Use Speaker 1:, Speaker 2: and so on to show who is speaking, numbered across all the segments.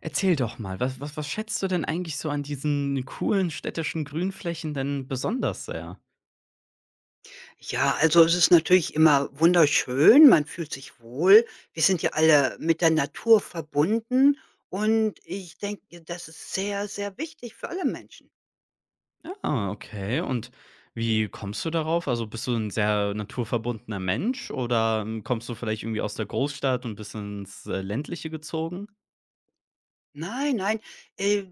Speaker 1: Erzähl doch mal, was schätzt du denn eigentlich so an diesen coolen städtischen Grünflächen denn besonders sehr?
Speaker 2: Ja, also es ist natürlich immer wunderschön, man fühlt sich wohl. Wir sind ja alle mit der Natur verbunden und ich denke, das ist sehr, sehr wichtig für alle Menschen.
Speaker 1: Ah, okay. Und wie kommst du darauf? Also, bist du ein sehr naturverbundener Mensch oder, hm, kommst du vielleicht irgendwie aus der Großstadt und bist ins, Ländliche gezogen?
Speaker 2: Nein, nein. Äh,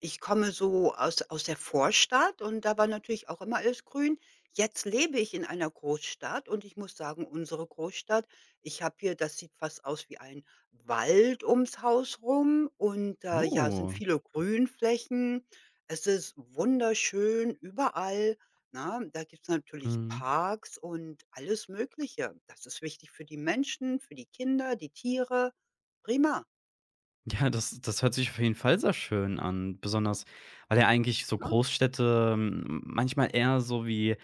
Speaker 2: ich komme so aus der Vorstadt und da war natürlich auch immer alles grün. Jetzt lebe ich in einer Großstadt und ich muss sagen, unsere Großstadt, ich habe hier, das sieht fast aus wie ein Wald ums Haus rum und, ja, es sind
Speaker 1: Oh,
Speaker 2: viele Grünflächen. Es ist wunderschön überall. Na, da gibt's natürlich
Speaker 1: mhm.
Speaker 2: Parks und alles Mögliche. Das ist wichtig für die Menschen, für die Kinder, die Tiere. Prima,
Speaker 1: Ja, das hört sich auf jeden Fall sehr schön an, besonders weil ja eigentlich so
Speaker 2: ne?
Speaker 1: Großstädte, hm, manchmal eher so wie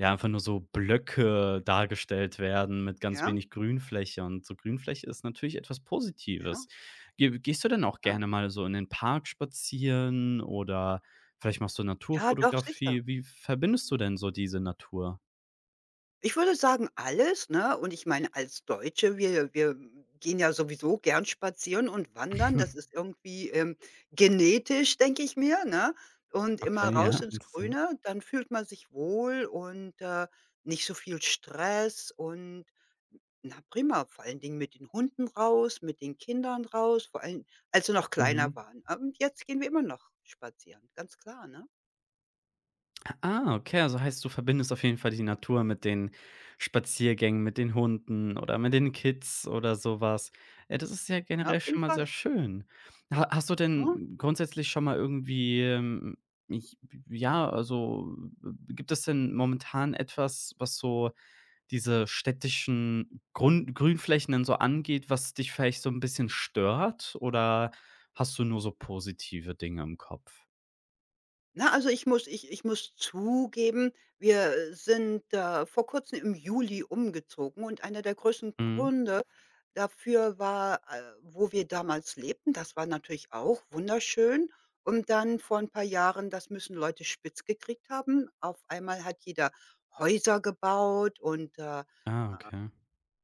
Speaker 1: ja, einfach nur so Blöcke dargestellt werden mit ganz
Speaker 2: Ja,
Speaker 1: wenig Grünfläche, und so Grünfläche ist natürlich etwas Positives.
Speaker 2: ja.
Speaker 1: Ge gehst du denn auch
Speaker 2: Ne?
Speaker 1: gerne mal so in den Park spazieren, oder vielleicht machst du
Speaker 2: Ja, doch, sicher.
Speaker 1: Naturfotografie? Wie verbindest du denn so diese Natur?
Speaker 2: Ich würde sagen, alles, ne? Und ich meine, als Deutsche, wir gehen ja sowieso gern spazieren und wandern. Das ist irgendwie, genetisch, denke ich mir, ne? Und immer
Speaker 1: Okay,
Speaker 2: raus
Speaker 1: ja,
Speaker 2: ins
Speaker 1: interessant.
Speaker 2: Grüne, dann fühlt man sich wohl und, nicht so viel Stress und na prima, vor allen Dingen mit den Hunden raus, mit den Kindern raus, vor allem, als sie noch kleiner
Speaker 1: Mhm.
Speaker 2: waren. Und jetzt gehen wir immer noch spazieren, ganz klar, ne?
Speaker 1: Ah, okay, also heißt, du verbindest auf jeden Fall die Natur mit den Spaziergängen, mit den Hunden oder mit den Kids oder sowas. Ja, das ist ja
Speaker 2: Ja, auf
Speaker 1: generell schon
Speaker 2: jeden
Speaker 1: mal sehr
Speaker 2: Fall.
Speaker 1: schön. Ha hast du
Speaker 2: Mhm.
Speaker 1: denn grundsätzlich schon mal irgendwie, ich ja, also, gibt es denn momentan etwas, was so diese städtischen Grund Grünflächen denn so angeht, was dich vielleicht so ein bisschen stört, oder hast du nur so positive Dinge im Kopf?
Speaker 2: Na, also ich muss zugeben, wir sind, vor Kurzem im Juli umgezogen und einer der größten
Speaker 1: Mhm.
Speaker 2: Gründe dafür war, wo wir damals lebten. Das war natürlich auch wunderschön. Und dann vor ein paar Jahren, das müssen Leute spitz gekriegt haben. Auf einmal hat jeder Häuser gebaut und,
Speaker 1: Ah, okay.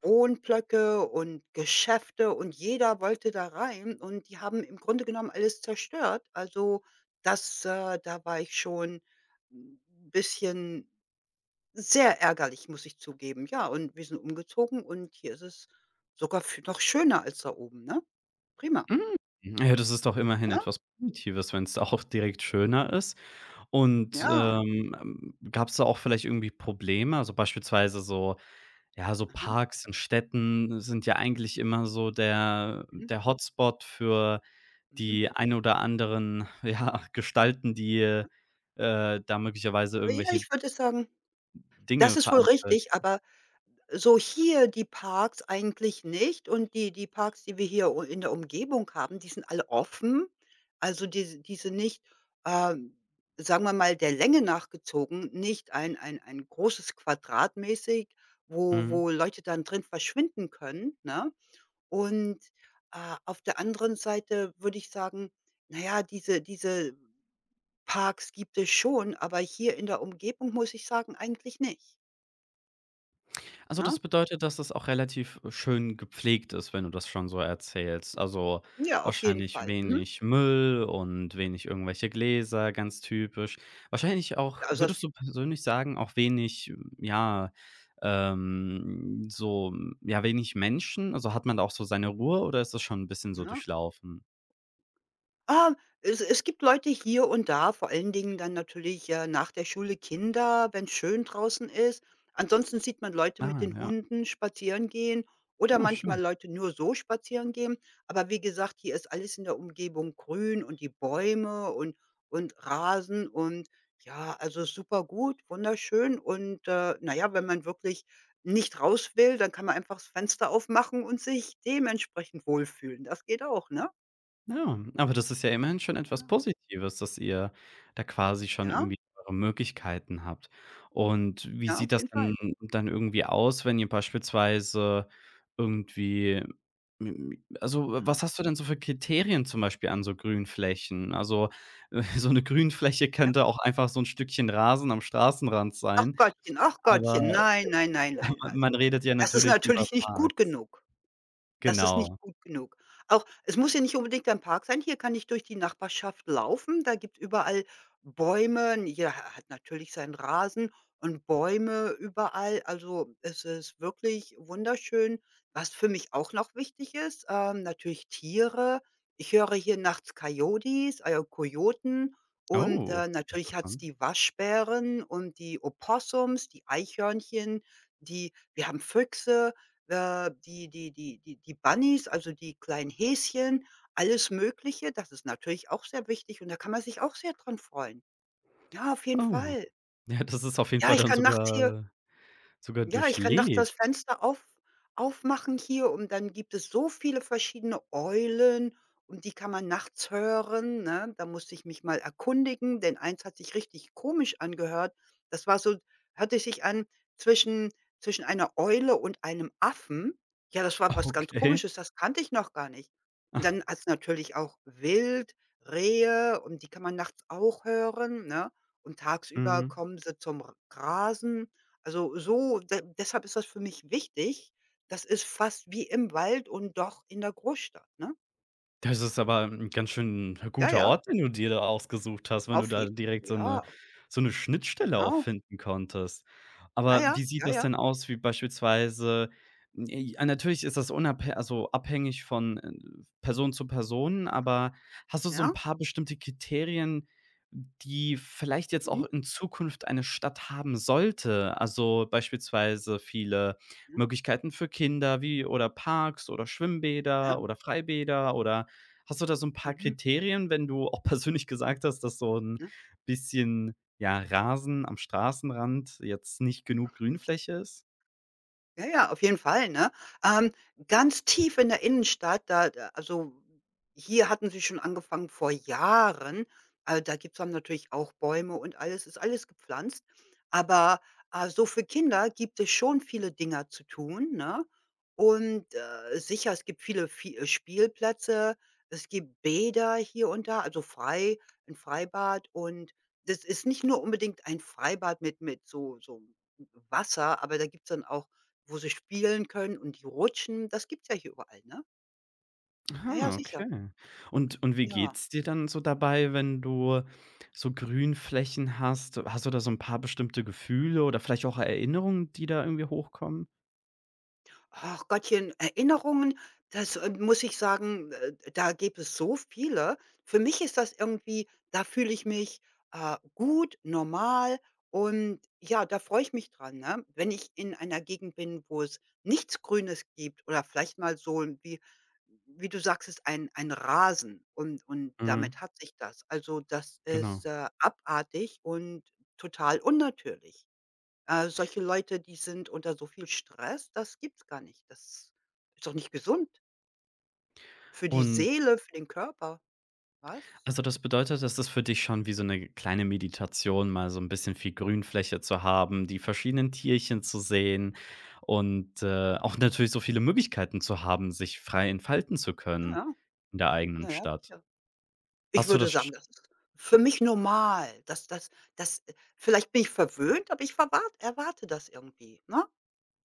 Speaker 2: Wohnblöcke und Geschäfte und jeder wollte da rein und die haben im Grunde genommen alles zerstört. Also, das da war ich schon 'n bisschen sehr ärgerlich, muss ich zugeben. Ja, und wir sind umgezogen und hier ist es sogar f noch schöner als da oben, ne? Prima.
Speaker 1: Hm. Ja, das ist doch immerhin
Speaker 2: Ja,
Speaker 1: etwas Positives, wenn es auch direkt schöner ist. Und,
Speaker 2: ja.
Speaker 1: gab's da auch vielleicht irgendwie Probleme? Also, beispielsweise so ja, so
Speaker 2: Aha.
Speaker 1: Parks in Städten sind ja eigentlich immer so der
Speaker 2: Mhm.
Speaker 1: der Hotspot für
Speaker 2: Mhm.
Speaker 1: die ein oder anderen, ja, Gestalten, die, da möglicherweise
Speaker 2: Ja,
Speaker 1: irgendwelche
Speaker 2: ich würde sagen,
Speaker 1: Dinge
Speaker 2: das ist wohl
Speaker 1: veranstalten.
Speaker 2: richtig, aber so hier die Parks eigentlich nicht, und die Parks, die wir hier u in der Umgebung haben, die sind alle offen. Also, diese nicht, ähm, sagen wir mal, der Länge nach gezogen, nicht ein großes Quadrat mäßig, wo
Speaker 1: Mhm.
Speaker 2: wo Leute dann drin verschwinden können, ne? Und, auf der anderen Seite würde ich sagen, na ja, diese Parks gibt es schon, aber hier in der Umgebung muss ich sagen, eigentlich nicht,
Speaker 1: Also, das
Speaker 2: ne?
Speaker 1: bedeutet, dass das auch relativ schön gepflegt ist, wenn du das schon so erzählst. Also,
Speaker 2: Ja, auf jeden
Speaker 1: wahrscheinlich
Speaker 2: Fall. Mhm.
Speaker 1: wenig Müll und wenig irgendwelche Gläser, ganz typisch. Wahrscheinlich auch
Speaker 2: Ja, also das,
Speaker 1: würdest du persönlich sagen, auch wenig, ja, so ja, wenig Menschen? Also, hat man da auch so seine Ruhe, oder ist das schon ein bisschen so
Speaker 2: ne?
Speaker 1: durchlaufen?
Speaker 2: Ah, es gibt Leute hier und da, vor allen Dingen dann natürlich, nach der Schule Kinder, wenn es schön draußen ist. Ansonsten sieht man Leute mit
Speaker 1: Ah,
Speaker 2: den
Speaker 1: ja.
Speaker 2: Hunden spazieren gehen oder
Speaker 1: Ah,
Speaker 2: manchmal
Speaker 1: schön.
Speaker 2: Leute nur so spazieren gehen. Aber wie gesagt, hier ist alles in der Umgebung grün und die Bäume und Rasen und ja, also super gut, wunderschön. Und, na ja, wenn man wirklich nicht raus will, dann kann man einfach das Fenster aufmachen und sich dementsprechend wohlfühlen. Das geht auch, ne?
Speaker 1: Ja, aber das ist ja immerhin schon etwas
Speaker 2: Ja.
Speaker 1: Positives, dass ihr da quasi schon
Speaker 2: Ja,
Speaker 1: irgendwie eure Möglichkeiten habt. Und wie
Speaker 2: ja,
Speaker 1: sieht
Speaker 2: auf
Speaker 1: das
Speaker 2: jeden Fall.
Speaker 1: denn dann irgendwie aus, wenn ihr beispielsweise irgendwie m also,
Speaker 2: Ja,
Speaker 1: was hast du denn so für Kriterien zum Beispiel an so Grünflächen? Also, so eine Grünfläche
Speaker 2: ja.
Speaker 1: könnte auch einfach so ein Stückchen Rasen am Straßenrand sein,
Speaker 2: Ach
Speaker 1: aber
Speaker 2: Gottchen, nein, nein, nein, nein.
Speaker 1: man
Speaker 2: Also,
Speaker 1: redet ja
Speaker 2: das ist
Speaker 1: natürlich über
Speaker 2: natürlich nicht gut
Speaker 1: Parks.
Speaker 2: genug. Das ist
Speaker 1: Genau.
Speaker 2: nicht gut genug. Auch es muss ja nicht unbedingt ein Park sein. Hier kann ich durch die Nachbarschaft laufen. Da gibt's überall Bäume. Jeder ha hat natürlich seinen Rasen und Bäume überall. Also, es ist wirklich wunderschön. Was für mich auch noch wichtig ist, natürlich Tiere. Ich höre hier nachts Coyotes, Kojoten und,
Speaker 1: Oh,
Speaker 2: natürlich hat's
Speaker 1: interessant.
Speaker 2: die Waschbären und die Opossums, die Eichhörnchen, die wir haben Füchse. Die Bunnies, also die kleinen Häschen, alles Mögliche. Das ist natürlich auch sehr wichtig und da kann man sich auch sehr dran freuen. Ja, auf jeden
Speaker 1: Oh,
Speaker 2: Fall.
Speaker 1: ja, das ist auf jeden
Speaker 2: Ja,
Speaker 1: Fall
Speaker 2: ich
Speaker 1: dann
Speaker 2: kann nachts hier
Speaker 1: sogar sogar
Speaker 2: ja, ich kann doch das
Speaker 1: durchlebt?
Speaker 2: Fenster aufmachen hier und dann gibt es so viele verschiedene Eulen und die kann man nachts hören, ne? Da musste ich mich mal erkundigen, denn eins hat sich richtig komisch angehört. Das war so, hörte sich an zwischen einer Eule und einem Affen. Ja, das war was ganz
Speaker 1: Okay.
Speaker 2: Komisches, das kannte ich noch gar nicht. Und
Speaker 1: Ah.
Speaker 2: dann hat's natürlich auch Wild, Rehe, und die kann man nachts auch hören, ne? Und tagsüber
Speaker 1: Mhm.
Speaker 2: kommen sie zum R Grasen. Also, so de deshalb ist das für mich wichtig. Das ist fast wie im Wald und doch in der Großstadt, ne?
Speaker 1: Das ist aber 'n ganz schön
Speaker 2: Ja,
Speaker 1: guter
Speaker 2: ja,
Speaker 1: Ort, den du dir da ausgesucht hast, wenn du
Speaker 2: auf
Speaker 1: da
Speaker 2: je
Speaker 1: direkt so 'ne
Speaker 2: ja,
Speaker 1: so 'ne Schnittstelle auch
Speaker 2: genau.
Speaker 1: finden konntest.
Speaker 2: Ja,
Speaker 1: Aber
Speaker 2: ja,
Speaker 1: wie sieht
Speaker 2: ja,
Speaker 1: das
Speaker 2: ja,
Speaker 1: denn aus, wie beispielsweise j ah, natürlich ist das unabhä also, abhängig von, Person zu Person, aber hast du so 'n
Speaker 2: ja.
Speaker 1: paar bestimmte Kriterien, die vielleicht jetzt auch
Speaker 2: Mhm,
Speaker 1: in Zukunft eine Stadt haben sollte? Also, beispielsweise viele
Speaker 2: ja,
Speaker 1: Möglichkeiten für Kinder wie oder Parks oder
Speaker 2: ja,
Speaker 1: Schwimmbäder oder Freibäder oder hast du da so ein paar
Speaker 2: mhm,
Speaker 1: Kriterien, wenn du auch persönlich gesagt hast, dass so ein
Speaker 2: ja.
Speaker 1: bisschen, ja, Rasen am Straßenrand jetzt nicht genug Grünfläche ist?
Speaker 2: Ja, ja, auf jeden Fall, ne? Ähm, ganz tief in der Innenstadt, da also, hier hatten sie schon angefangen vor Jahren. Da gibt's dann natürlich auch Bäume und alles ist alles gepflanzt. Aber, so für Kinder gibt es schon viele Dinger zu tun, ne? Und, sicher, es gibt viele vi Spielplätze, es gibt Bäder hier und da, also frei ein Freibad. Und das ist nicht nur unbedingt ein Freibad mit so so Wasser, aber da gibt's dann auch, wo sie spielen können und die rutschen. Das gibt's ja hier überall, ne? Ja, ja,
Speaker 1: Ah,
Speaker 2: sicher.
Speaker 1: okay. Und wie
Speaker 2: Ja.
Speaker 1: geht's dir dann so dabei, wenn du so Grünflächen hast? Hast du da so ein paar bestimmte Gefühle oder vielleicht auch Erinnerungen, die da irgendwie hochkommen?
Speaker 2: Ach Gottchen, Erinnerungen, das, muss ich sagen, da gibt es so viele. Für mich ist das irgendwie, da fühle ich mich, gut, normal, und ja, da freue ich mich dran, ne? Wenn ich in einer Gegend bin, wo es nichts Grünes gibt oder vielleicht mal so 'n wie wie du sagst, sagtest, ein Rasen und
Speaker 1: Mhm,
Speaker 2: damit hat sich das. Also, das
Speaker 1: genau.
Speaker 2: ist, abartig und total unnatürlich. Solche Leute, die sind unter so viel Stress, das gibt's gar nicht. Das ist doch nicht gesund für die
Speaker 1: Und
Speaker 2: Seele, für den Körper. Was?
Speaker 1: also, das bedeutet, das ist für dich schon wie so eine kleine Meditation, mal so ein bisschen viel Grünfläche zu haben, die verschiedenen Tierchen zu sehen und, auch natürlich so viele Möglichkeiten zu haben, sich frei entfalten zu
Speaker 2: Ja,
Speaker 1: können
Speaker 2: ja.
Speaker 1: in der eigenen
Speaker 2: Na ja,
Speaker 1: Stadt.
Speaker 2: sicher. Ich
Speaker 1: Hast du
Speaker 2: würde
Speaker 1: das sch
Speaker 2: sagen, das ist für mich normal. Das das das vielleicht bin ich verwöhnt, aber ich verwart erwarte das irgendwie, ne?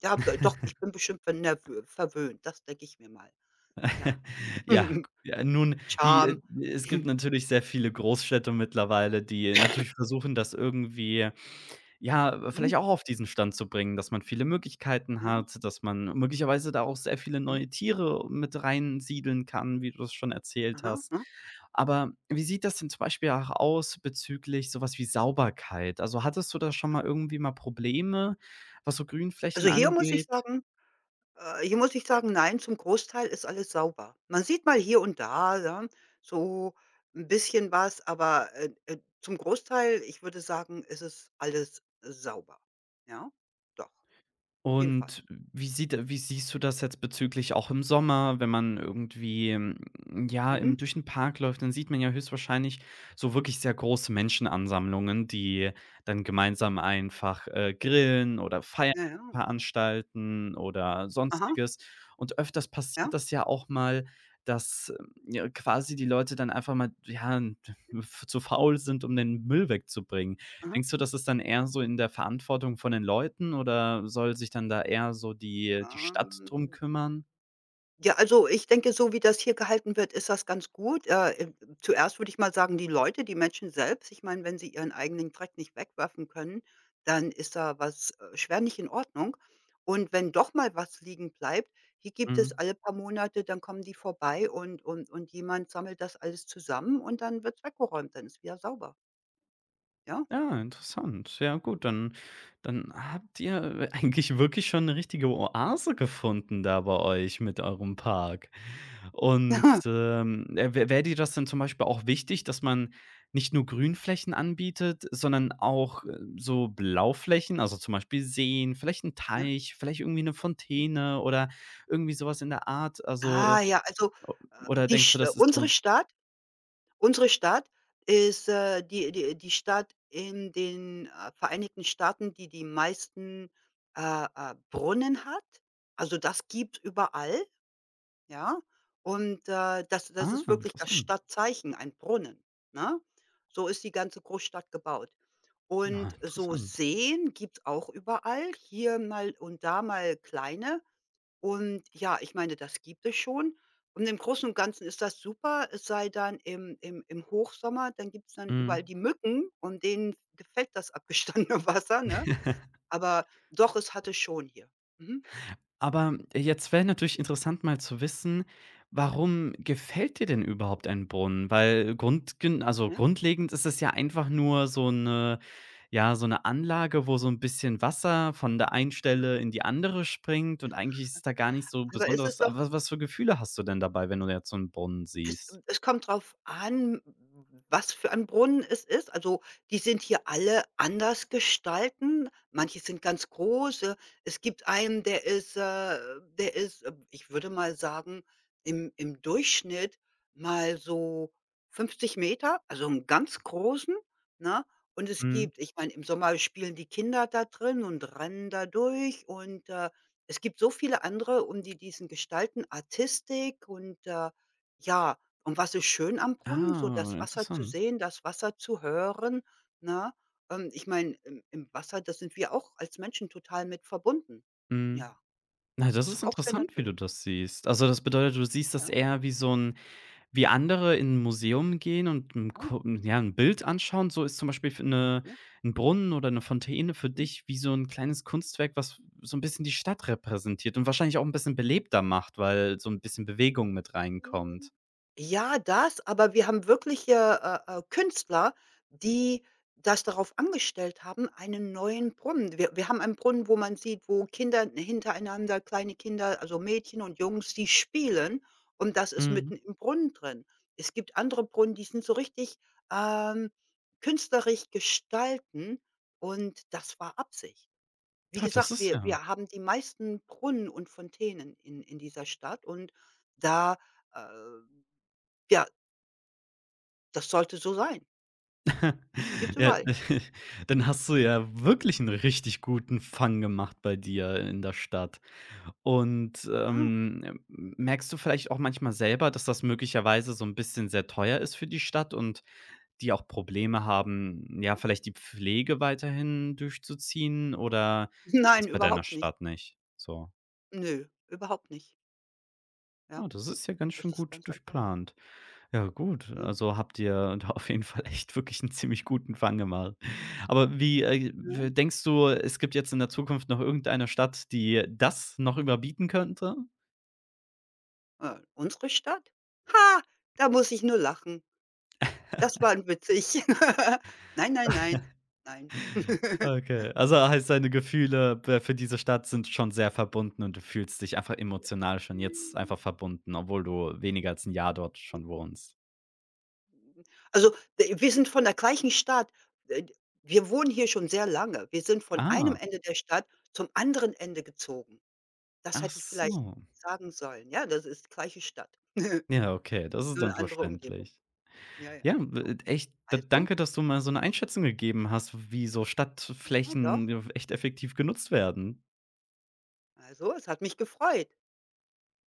Speaker 2: Ja, d doch, ich bin bestimmt verwöhnt, das denke ich mir mal. Ja.
Speaker 1: Ja, ja, nun, die
Speaker 2: Charme.
Speaker 1: es gibt natürlich sehr viele Großstädte mittlerweile, die natürlich versuchen, das irgendwie ja,
Speaker 2: Mhm.
Speaker 1: vielleicht auch auf diesen Stand zu bringen, dass man viele Möglichkeiten
Speaker 2: Ja.
Speaker 1: hat, dass man möglicherweise da auch sehr viele
Speaker 2: Mhm.
Speaker 1: neue Tiere mit reinsiedeln kann, wie du es schon erzählt
Speaker 2: Aha,
Speaker 1: hast.
Speaker 2: aha,
Speaker 1: Aber wie sieht das denn zum Beispiel auch aus bezüglich sowas wie Sauberkeit? Also, hattest du da schon
Speaker 2: ja.
Speaker 1: mal irgendwie mal Probleme, was so Grünflächen
Speaker 2: Also,
Speaker 1: angeht?
Speaker 2: hier muss ich sagen, nein, zum Großteil ist alles sauber. Man sieht mal hier und da, ja, so ein bisschen was, aber, zum Großteil, ich würde sagen, ist es alles sauber. Ja, doch, auf jeden Fall.
Speaker 1: Und wie siehst du das jetzt bezüglich auch im Sommer, wenn man irgendwie, hm, ja,
Speaker 2: Mhm.
Speaker 1: im durch den Park läuft, dann sieht man ja höchstwahrscheinlich so wirklich sehr große Menschenansammlungen, die dann gemeinsam einfach, grillen oder Feiern
Speaker 2: Ja, ja.
Speaker 1: veranstalten oder
Speaker 2: Aha,
Speaker 1: Sonstiges. Und öfters
Speaker 2: ja,
Speaker 1: passiert das ja auch mal, dass, ja, quasi die Leute dann einfach mal, ja, zu faul sind, um den Müll wegzubringen.
Speaker 2: aha.
Speaker 1: Denkst du, das ist dann eher so in der Verantwortung von den Leuten, oder soll sich dann da eher so die Stadt
Speaker 2: Ähm.
Speaker 1: drum kümmern?
Speaker 2: Ja, also ich denke, so wie das hier gehalten wird, ist das ganz gut. Zuerst würde ich mal sagen, die Leute, die Menschen selbst, ich meine, wenn sie ihren eigenen Dreck nicht wegwerfen können, dann ist da was, schwer nicht in Ordnung. Und wenn doch mal was liegen bleibt, hier gibt es
Speaker 1: Mhm.
Speaker 2: alle paar Monate, dann kommen die vorbei und, jemand sammelt das alles zusammen und dann wird's weggeräumt, dann ist wieder sauber. Ja?
Speaker 1: Ja, interessant. Ja gut, dann habt ihr eigentlich wirklich schon eine richtige Oase gefunden da bei euch mit eurem Park. Und, wäre dir das denn zum Beispiel auch wichtig, dass man nicht nur Grünflächen anbietet, sondern auch, so Blauflächen, also zum Beispiel Seen, vielleicht ein
Speaker 2: Ja?
Speaker 1: Teich, vielleicht irgendwie eine
Speaker 2: Hm.
Speaker 1: Fontäne oder irgendwie sowas in der Art, also
Speaker 2: Ah ja, also
Speaker 1: o oder denkst du, das ist
Speaker 2: Unsere
Speaker 1: so
Speaker 2: Stadt Unsere Stadt ist, die die Stadt in den, Vereinigten Staaten, die die meisten, Brunnen hat. Also, das gibt überall, ja? Und, das
Speaker 1: ah,
Speaker 2: ist wirklich das
Speaker 1: interessant.
Speaker 2: Stadtzeichen, ein Brunnen, ne? So ist die ganze Großstadt gebaut.
Speaker 1: Ah,
Speaker 2: Und so
Speaker 1: interessant.
Speaker 2: Seen gibt es auch überall, hier mal und da mal kleine. Und ja, ich meine, das gibt es schon. Und im Großen und Ganzen ist das super, es sei dann im Hochsommer, dann gibt's dann überall
Speaker 1: Mhm.
Speaker 2: die Mücken und denen gefällt das abgestandene Wasser, ne? Aber doch, es hatte schon hier. Mhm,
Speaker 1: Aber jetzt wäre natürlich interessant, mal zu wissen, warum gefällt dir denn überhaupt ein Brunnen? Weil grund also
Speaker 2: ja.
Speaker 1: grundlegend ist es ja einfach nur so eine ja, so eine Anlage, wo so ein bisschen Wasser von der einen Stelle in die andere springt, und eigentlich ist da gar nicht so
Speaker 2: Aber es
Speaker 1: Besonderes.
Speaker 2: ist doch,
Speaker 1: Aber was für Gefühle hast du denn dabei, wenn du jetzt so einen Brunnen
Speaker 2: es
Speaker 1: siehst?
Speaker 2: kommt drauf an, was für ein Brunnen es ist. Also, die sind hier alle anders gestalten. Manche sind ganz große. Es gibt einen, der ist, der ist, ich würde mal sagen, im Durchschnitt mal so 50 Meter, also einen ganz großen, ne? Und es
Speaker 1: Mhm.
Speaker 2: gibt, ich meine, im Sommer spielen die Kinder da drin und rennen da durch und, es gibt so viele andere, um die diesen Gestalten, Artistik und, ja, und was ist schön am Brunnen? So
Speaker 1: Ah,
Speaker 2: das Wasser zu
Speaker 1: interessant.
Speaker 2: sehen, das Wasser zu hören, ne? Ich meine, im Wasser, da sind wir auch als Menschen total mit verbunden.
Speaker 1: Mhm.
Speaker 2: Ja,
Speaker 1: Na, das
Speaker 2: ist
Speaker 1: ist
Speaker 2: doch auch sehr
Speaker 1: interessant, wie du
Speaker 2: natürlich.
Speaker 1: das siehst. Also, das bedeutet, du siehst das
Speaker 2: Ja,
Speaker 1: eher wie so ein wie andere in 'n Museum gehen und 'n
Speaker 2: ja,
Speaker 1: Ko ja, 'n Bild anschauen, so ist zum Beispiel für 'ne
Speaker 2: ne?
Speaker 1: 'n Brunnen oder 'ne Fontäne für dich wie so 'n kleines Kunstwerk, was so 'n bisschen die Stadt repräsentiert und wahrscheinlich auch 'n bisschen belebter macht, weil so 'n bisschen Bewegung mit reinkommt.
Speaker 2: Ähm, ja, das, aber wir haben wirkliche, Künstler, die das darauf angestellt haben, einen neuen Brunnen. Wir haben einen Brunnen, wo man sieht, wo Kinder hintereinander kleine Kinder, also Mädchen und Jungs, die spielen, und das ist mitten
Speaker 1: Mhm.
Speaker 2: im Brunnen drin. Es gibt andere Brunnen, die sind so richtig, ähm, künstlerisch gestalten, und das war Absicht. Wie
Speaker 1: Ah, das
Speaker 2: gesagt,
Speaker 1: ist
Speaker 2: wir
Speaker 1: ja
Speaker 2: wir haben die meisten Brunnen und Fontänen in dieser Stadt und da, äh ja, das sollte so sein. Gibt
Speaker 1: ja,
Speaker 2: überall,
Speaker 1: dann hast du ja wirklich 'n richtig guten Fang gemacht bei dir in der Stadt. Und,
Speaker 2: ne?
Speaker 1: merkst du vielleicht auch manchmal selber, dass das möglicherweise so 'n bisschen sehr teuer ist für die Stadt und die auch Probleme haben, ja, vielleicht die Pflege weiterhin durchzuziehen, oder ist das
Speaker 2: Nein,
Speaker 1: bei deiner
Speaker 2: überhaupt nicht.
Speaker 1: Stadt nicht so?
Speaker 2: Nö, überhaupt nicht. Ja,
Speaker 1: Ah, das ist ja ganz schön
Speaker 2: das ist
Speaker 1: gut
Speaker 2: ganz einfach,
Speaker 1: durchplant. Ja gut,
Speaker 2: ne,
Speaker 1: also habt ihr da auf jeden Fall echt wirklich 'n ziemlich guten Fang gemacht. Aber wie, w
Speaker 2: ne?
Speaker 1: denkst du, es gibt jetzt in der Zukunft noch irgendeine Stadt, die das noch überbieten könnte?
Speaker 2: Unsere Stadt? Ha, da muss ich nur lachen. Das war witzig. Nein, nein, nein, nein.
Speaker 1: Okay, also heißt, deine Gefühle be für diese Stadt sind schon sehr verbunden, und du fühlst dich einfach emotional schon jetzt einfach verbunden, obwohl du weniger als ein Jahr dort schon wohnst.
Speaker 2: Also, wir sind von der gleichen Stadt. D Wir wohnen hier schon sehr lange. Wir sind von einem
Speaker 1: Ah,
Speaker 2: Ende der Stadt zum anderen Ende gezogen. Das
Speaker 1: ach
Speaker 2: hätte ich vielleicht
Speaker 1: so.
Speaker 2: sagen sollen. Ja, das ist gleiche Stadt,
Speaker 1: Ja, okay, das ist
Speaker 2: nur
Speaker 1: dann
Speaker 2: 'ne andere Umgebung.
Speaker 1: verständlich.
Speaker 2: Ja, ja,
Speaker 1: Ja,
Speaker 2: so.
Speaker 1: w echt, d
Speaker 2: Also
Speaker 1: danke, dass du mal so eine Einschätzung gegeben hast, wie so
Speaker 2: ja,
Speaker 1: Stadtflächen,
Speaker 2: doch.
Speaker 1: echt effektiv genutzt werden.
Speaker 2: Also, es hat mich gefreut.